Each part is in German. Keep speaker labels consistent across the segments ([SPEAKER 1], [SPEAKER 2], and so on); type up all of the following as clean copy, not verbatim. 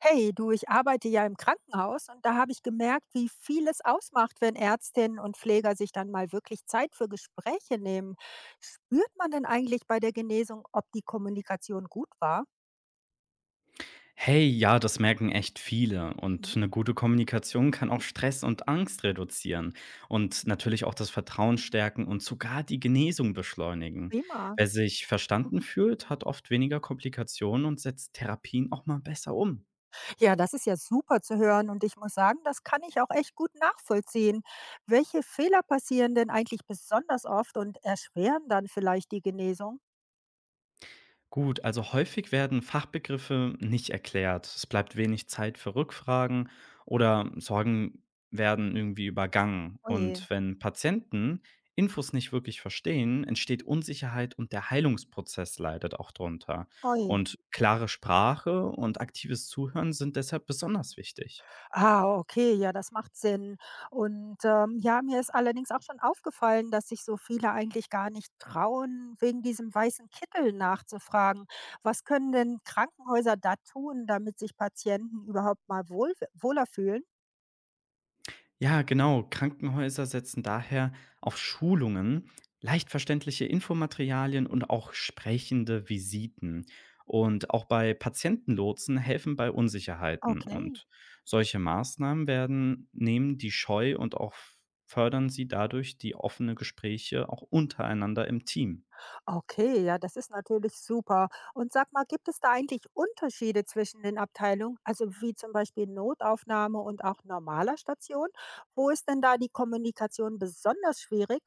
[SPEAKER 1] Hey, du, ich arbeite ja im Krankenhaus und da habe ich gemerkt, wie viel es ausmacht, wenn Ärztinnen und Pfleger sich dann mal wirklich Zeit für Gespräche nehmen. Spürt man denn eigentlich bei der Genesung, ob die Kommunikation gut war?
[SPEAKER 2] Hey, ja, das merken echt viele. Und
[SPEAKER 1] Mhm.
[SPEAKER 2] eine gute Kommunikation kann auch Stress und Angst reduzieren und natürlich auch das Vertrauen stärken und sogar die Genesung beschleunigen.
[SPEAKER 1] Prima.
[SPEAKER 2] Wer sich verstanden fühlt, hat oft weniger Komplikationen und setzt Therapien auch mal besser um.
[SPEAKER 1] Ja, das ist ja super zu hören und ich muss sagen, das kann ich auch echt gut nachvollziehen. Welche Fehler passieren denn eigentlich besonders oft und erschweren dann vielleicht die Genesung?
[SPEAKER 2] Gut, also häufig werden Fachbegriffe nicht erklärt. Es bleibt wenig Zeit für Rückfragen oder Sorgen werden irgendwie übergangen.
[SPEAKER 1] Oje,
[SPEAKER 2] Und wenn Patienten Infos nicht wirklich verstehen, entsteht Unsicherheit und der Heilungsprozess leidet auch drunter.
[SPEAKER 1] oje.
[SPEAKER 2] Und klare Sprache und aktives Zuhören sind deshalb besonders wichtig.
[SPEAKER 1] Ah, okay, ja, das macht Sinn. Und, ja, mir ist allerdings auch schon aufgefallen, dass sich so viele eigentlich gar nicht trauen, wegen diesem weißen Kittel nachzufragen. Was können denn Krankenhäuser da tun, damit sich Patienten überhaupt mal wohler fühlen?
[SPEAKER 2] Ja, genau. Krankenhäuser setzen daher auf Schulungen, leicht verständliche Infomaterialien und auch sprechende Visiten. Und auch bei Patientenlotsen helfen bei Unsicherheiten.
[SPEAKER 1] Okay.
[SPEAKER 2] Und solche Maßnahmen nehmen die Scheu und auch fördern sie dadurch die offene Gespräche auch untereinander im Team.
[SPEAKER 1] Okay, ja, das ist natürlich super. Und sag mal, gibt es da eigentlich Unterschiede zwischen den Abteilungen, also wie zum Beispiel Notaufnahme und auch normaler Station? Wo ist denn da die Kommunikation besonders schwierig?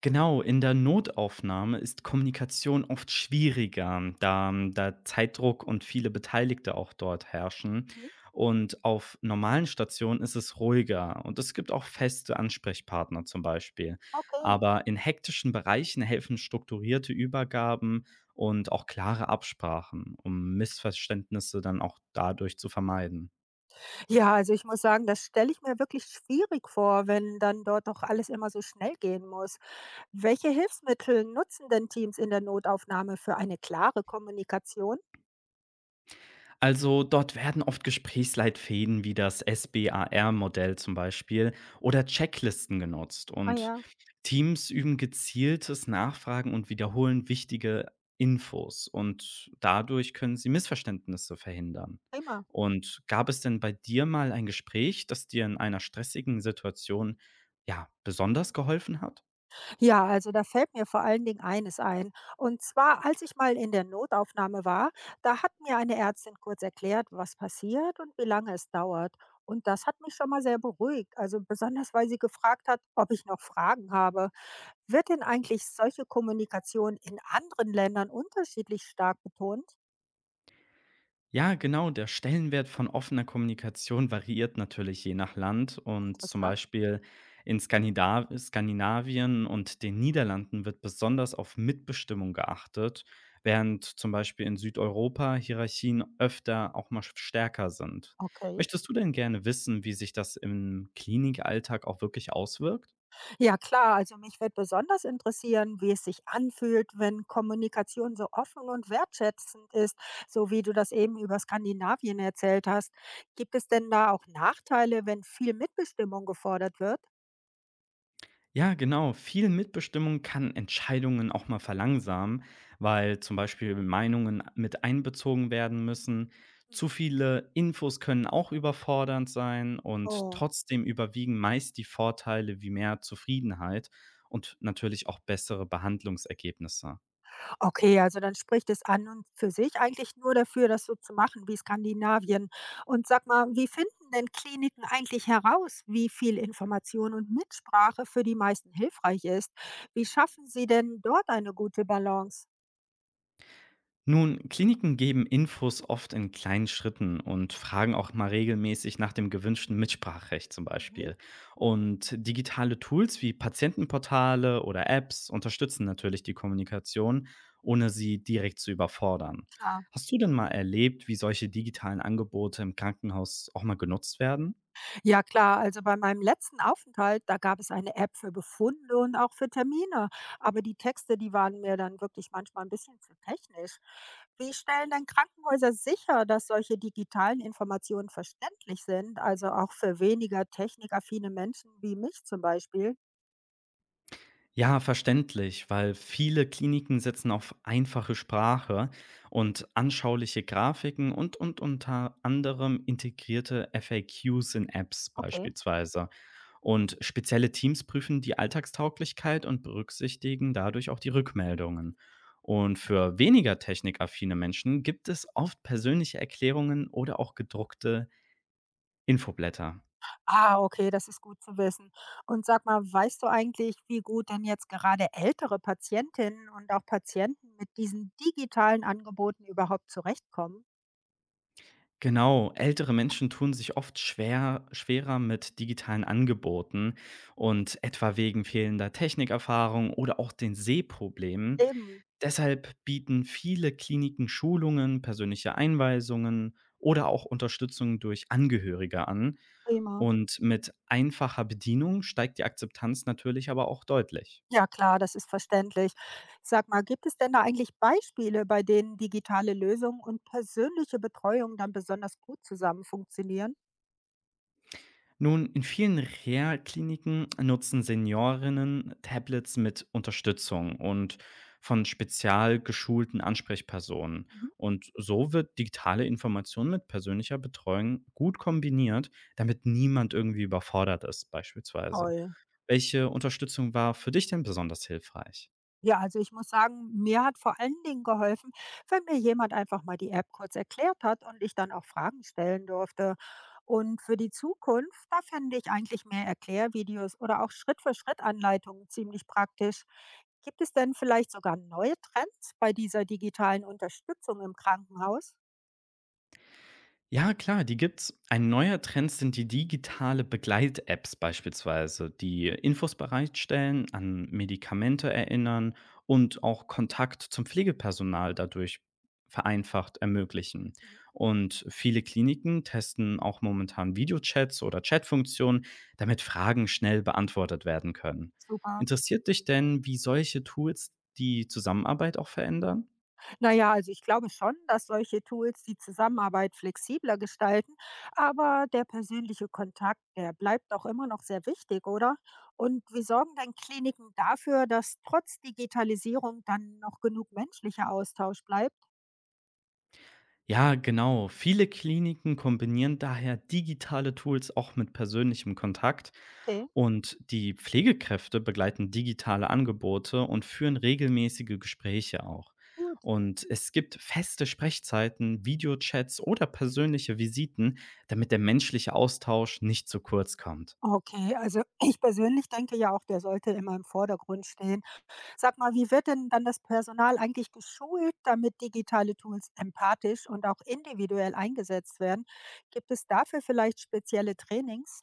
[SPEAKER 2] Genau, in der Notaufnahme ist Kommunikation oft schwieriger, da Zeitdruck und viele Beteiligte auch dort herrschen.
[SPEAKER 1] Mhm.
[SPEAKER 2] Und auf normalen Stationen ist es ruhiger und es gibt auch feste Ansprechpartner zum Beispiel.
[SPEAKER 1] Okay.
[SPEAKER 2] Aber in hektischen Bereichen helfen strukturierte Übergaben und auch klare Absprachen, um Missverständnisse dann auch dadurch zu vermeiden.
[SPEAKER 1] Ja, also ich muss sagen, das stelle ich mir wirklich schwierig vor, wenn dann dort doch alles immer so schnell gehen muss. Welche Hilfsmittel nutzen denn Teams in der Notaufnahme für eine klare Kommunikation?
[SPEAKER 2] Also dort werden oft Gesprächsleitfäden wie das SBAR-Modell zum Beispiel oder Checklisten genutzt
[SPEAKER 1] Ah
[SPEAKER 2] und
[SPEAKER 1] ja,
[SPEAKER 2] Teams üben gezieltes Nachfragen und wiederholen wichtige Infos und dadurch können sie Missverständnisse verhindern.
[SPEAKER 1] prima.
[SPEAKER 2] Und gab es denn bei dir mal ein Gespräch, das dir in einer stressigen Situation ja besonders geholfen hat?
[SPEAKER 1] Ja, also da fällt mir vor allen Dingen eines ein. Und zwar, als ich mal in der Notaufnahme war, da hat mir eine Ärztin kurz erklärt, was passiert und wie lange es dauert. Und das hat mich schon mal sehr beruhigt. Also besonders, weil sie gefragt hat, ob ich noch Fragen habe. Wird denn eigentlich solche Kommunikation in anderen Ländern unterschiedlich stark betont?
[SPEAKER 2] Ja, genau. Der Stellenwert von offener Kommunikation variiert natürlich je nach Land und zum
[SPEAKER 1] Interessant.
[SPEAKER 2] Beispiel in Skandinavien und den Niederlanden wird besonders auf Mitbestimmung geachtet, während zum Beispiel in Südeuropa Hierarchien öfter auch mal stärker sind.
[SPEAKER 1] Okay.
[SPEAKER 2] Möchtest du denn gerne wissen, wie sich das im Klinikalltag auch wirklich auswirkt?
[SPEAKER 1] Ja klar, also mich wird besonders interessieren, wie es sich anfühlt, wenn Kommunikation so offen und wertschätzend ist, so wie du das eben über Skandinavien erzählt hast. Gibt es denn da auch Nachteile, wenn viel Mitbestimmung gefordert wird?
[SPEAKER 2] Ja, genau. Viel Mitbestimmung kann Entscheidungen auch mal verlangsamen, weil zum Beispiel Meinungen mit einbezogen werden müssen. Zu
[SPEAKER 1] Mhm.
[SPEAKER 2] viele Infos können auch überfordernd sein und
[SPEAKER 1] Oh.
[SPEAKER 2] trotzdem überwiegen meist die Vorteile wie mehr Zufriedenheit und natürlich auch bessere Behandlungsergebnisse.
[SPEAKER 1] Okay, also dann spricht es an und für sich eigentlich nur dafür, das so zu machen wie Skandinavien. Und sag mal, wie finden denn Kliniken eigentlich heraus, wie viel Information und Mitsprache für die meisten hilfreich ist? Wie schaffen sie denn dort eine gute Balance?
[SPEAKER 2] Nun, Kliniken geben Infos oft in kleinen Schritten und fragen auch mal regelmäßig nach dem gewünschten Mitspracherecht zum
[SPEAKER 1] Mhm,
[SPEAKER 2] Beispiel. Und digitale Tools wie Patientenportale oder Apps unterstützen natürlich die Kommunikation, ohne sie direkt zu überfordern.
[SPEAKER 1] klar.
[SPEAKER 2] Hast du denn mal erlebt, wie solche digitalen Angebote im Krankenhaus auch mal genutzt werden?
[SPEAKER 1] Ja klar, also bei meinem letzten Aufenthalt, da gab es eine App für Befunde und auch für Termine. Aber die Texte, die waren mir dann wirklich manchmal ein bisschen zu technisch. Wie stellen denn Krankenhäuser sicher, dass solche digitalen Informationen verständlich sind, also auch für weniger technikaffine Menschen wie mich zum Beispiel?
[SPEAKER 2] Ja, verständlich, weil viele Kliniken setzen auf einfache Sprache und anschauliche Grafiken und unter anderem integrierte FAQs in Apps
[SPEAKER 1] Okay.
[SPEAKER 2] beispielsweise. Und spezielle Teams prüfen die Alltagstauglichkeit und berücksichtigen dadurch auch die Rückmeldungen. Und für weniger technikaffine Menschen gibt es oft persönliche Erklärungen oder auch gedruckte Infoblätter.
[SPEAKER 1] Ah, okay, das ist gut zu wissen. Und sag mal, weißt du eigentlich, wie gut denn jetzt gerade ältere Patientinnen und auch Patienten mit diesen digitalen Angeboten überhaupt zurechtkommen?
[SPEAKER 2] Genau, ältere Menschen tun sich oft schwerer mit digitalen Angeboten und etwa wegen fehlender Technikerfahrung oder auch den Sehproblemen.
[SPEAKER 1] Eben.
[SPEAKER 2] Deshalb bieten viele Kliniken Schulungen, persönliche Einweisungen oder auch Unterstützung durch Angehörige an.
[SPEAKER 1] Prima.
[SPEAKER 2] Und mit einfacher Bedienung steigt die Akzeptanz natürlich aber auch deutlich.
[SPEAKER 1] Ja klar, das ist verständlich. Sag mal, gibt es denn da eigentlich Beispiele, bei denen digitale Lösungen und persönliche Betreuung dann besonders gut zusammen funktionieren?
[SPEAKER 2] Nun, in vielen Reha-Kliniken nutzen Seniorinnen Tablets mit Unterstützung und von spezial geschulten Ansprechpersonen.
[SPEAKER 1] Mhm.
[SPEAKER 2] Und so wird digitale Information mit persönlicher Betreuung gut kombiniert, damit niemand irgendwie überfordert ist, beispielsweise.
[SPEAKER 1] Toll.
[SPEAKER 2] Welche Unterstützung war für dich denn besonders hilfreich?
[SPEAKER 1] Ja, also ich muss sagen, mir hat vor allen Dingen geholfen, wenn mir jemand einfach mal die App kurz erklärt hat und ich dann auch Fragen stellen durfte. Und für die Zukunft, da fände ich eigentlich mehr Erklärvideos oder auch Schritt-für-Schritt-Anleitungen ziemlich praktisch. Gibt es denn vielleicht sogar neue Trends bei dieser digitalen Unterstützung im Krankenhaus?
[SPEAKER 2] Ja, klar, die gibt's. Ein neuer Trend sind die digitale Begleit-Apps beispielsweise, die Infos bereitstellen, an Medikamente erinnern und auch Kontakt zum Pflegepersonal dadurch vereinfacht ermöglichen. Und viele Kliniken testen auch momentan Videochats oder Chatfunktionen, damit Fragen schnell beantwortet werden können.
[SPEAKER 1] Super.
[SPEAKER 2] Interessiert dich denn, wie solche Tools die Zusammenarbeit auch verändern?
[SPEAKER 1] Na ja, also ich glaube schon, dass solche Tools die Zusammenarbeit flexibler gestalten, aber der persönliche Kontakt, der bleibt doch immer noch sehr wichtig, oder? Und wie sorgen denn Kliniken dafür, dass trotz Digitalisierung dann noch genug menschlicher Austausch bleibt?
[SPEAKER 2] Ja, genau. Viele Kliniken kombinieren daher digitale Tools auch mit persönlichem Kontakt
[SPEAKER 1] Okay,
[SPEAKER 2] und die Pflegekräfte begleiten digitale Angebote und führen regelmäßige Gespräche auch.
[SPEAKER 1] gut.
[SPEAKER 2] Und es gibt feste Sprechzeiten, Videochats oder persönliche Visiten, damit der menschliche Austausch nicht zu kurz kommt.
[SPEAKER 1] Okay, also ich persönlich denke ja auch, der sollte immer im Vordergrund stehen. Sag mal, wie wird denn dann das Personal eigentlich geschult, damit digitale Tools empathisch und auch individuell eingesetzt werden? Gibt es dafür vielleicht spezielle Trainings?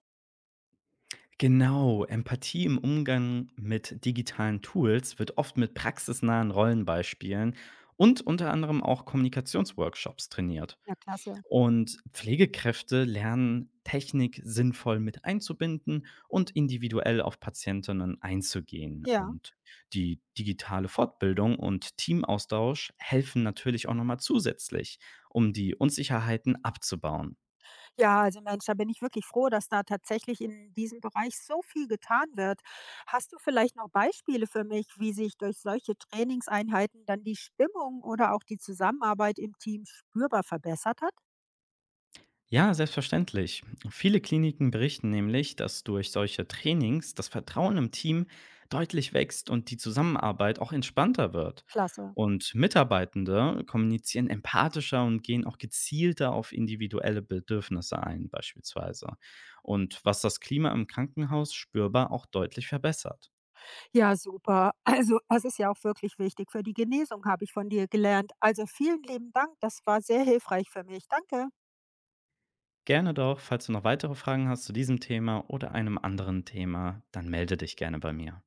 [SPEAKER 2] Genau, Empathie im Umgang mit digitalen Tools wird oft mit praxisnahen Rollenbeispielen und unter anderem auch Kommunikationsworkshops trainiert.
[SPEAKER 1] Ja, klasse.
[SPEAKER 2] Und Pflegekräfte lernen, Technik sinnvoll mit einzubinden und individuell auf Patientinnen einzugehen.
[SPEAKER 1] Ja.
[SPEAKER 2] Und die digitale Fortbildung und Teamaustausch helfen natürlich auch nochmal zusätzlich, um die Unsicherheiten abzubauen.
[SPEAKER 1] Ja, also Mensch, da bin ich wirklich froh, dass da tatsächlich in diesem Bereich so viel getan wird. Hast du vielleicht noch Beispiele für mich, wie sich durch solche Trainingseinheiten dann die Stimmung oder auch die Zusammenarbeit im Team spürbar verbessert hat?
[SPEAKER 2] Ja, selbstverständlich. Viele Kliniken berichten nämlich, dass durch solche Trainings das Vertrauen im Team deutlich wächst und die Zusammenarbeit auch entspannter wird.
[SPEAKER 1] Klasse.
[SPEAKER 2] Und Mitarbeitende kommunizieren empathischer und gehen auch gezielter auf individuelle Bedürfnisse ein, beispielsweise. Und was das Klima im Krankenhaus spürbar auch deutlich verbessert.
[SPEAKER 1] Ja, super. Also, das ist ja auch wirklich wichtig für die Genesung, habe ich von dir gelernt. Also, vielen lieben Dank. Das war sehr hilfreich für mich. Danke.
[SPEAKER 2] Gerne doch, falls du noch weitere Fragen hast zu diesem Thema oder einem anderen Thema, dann melde dich gerne bei mir.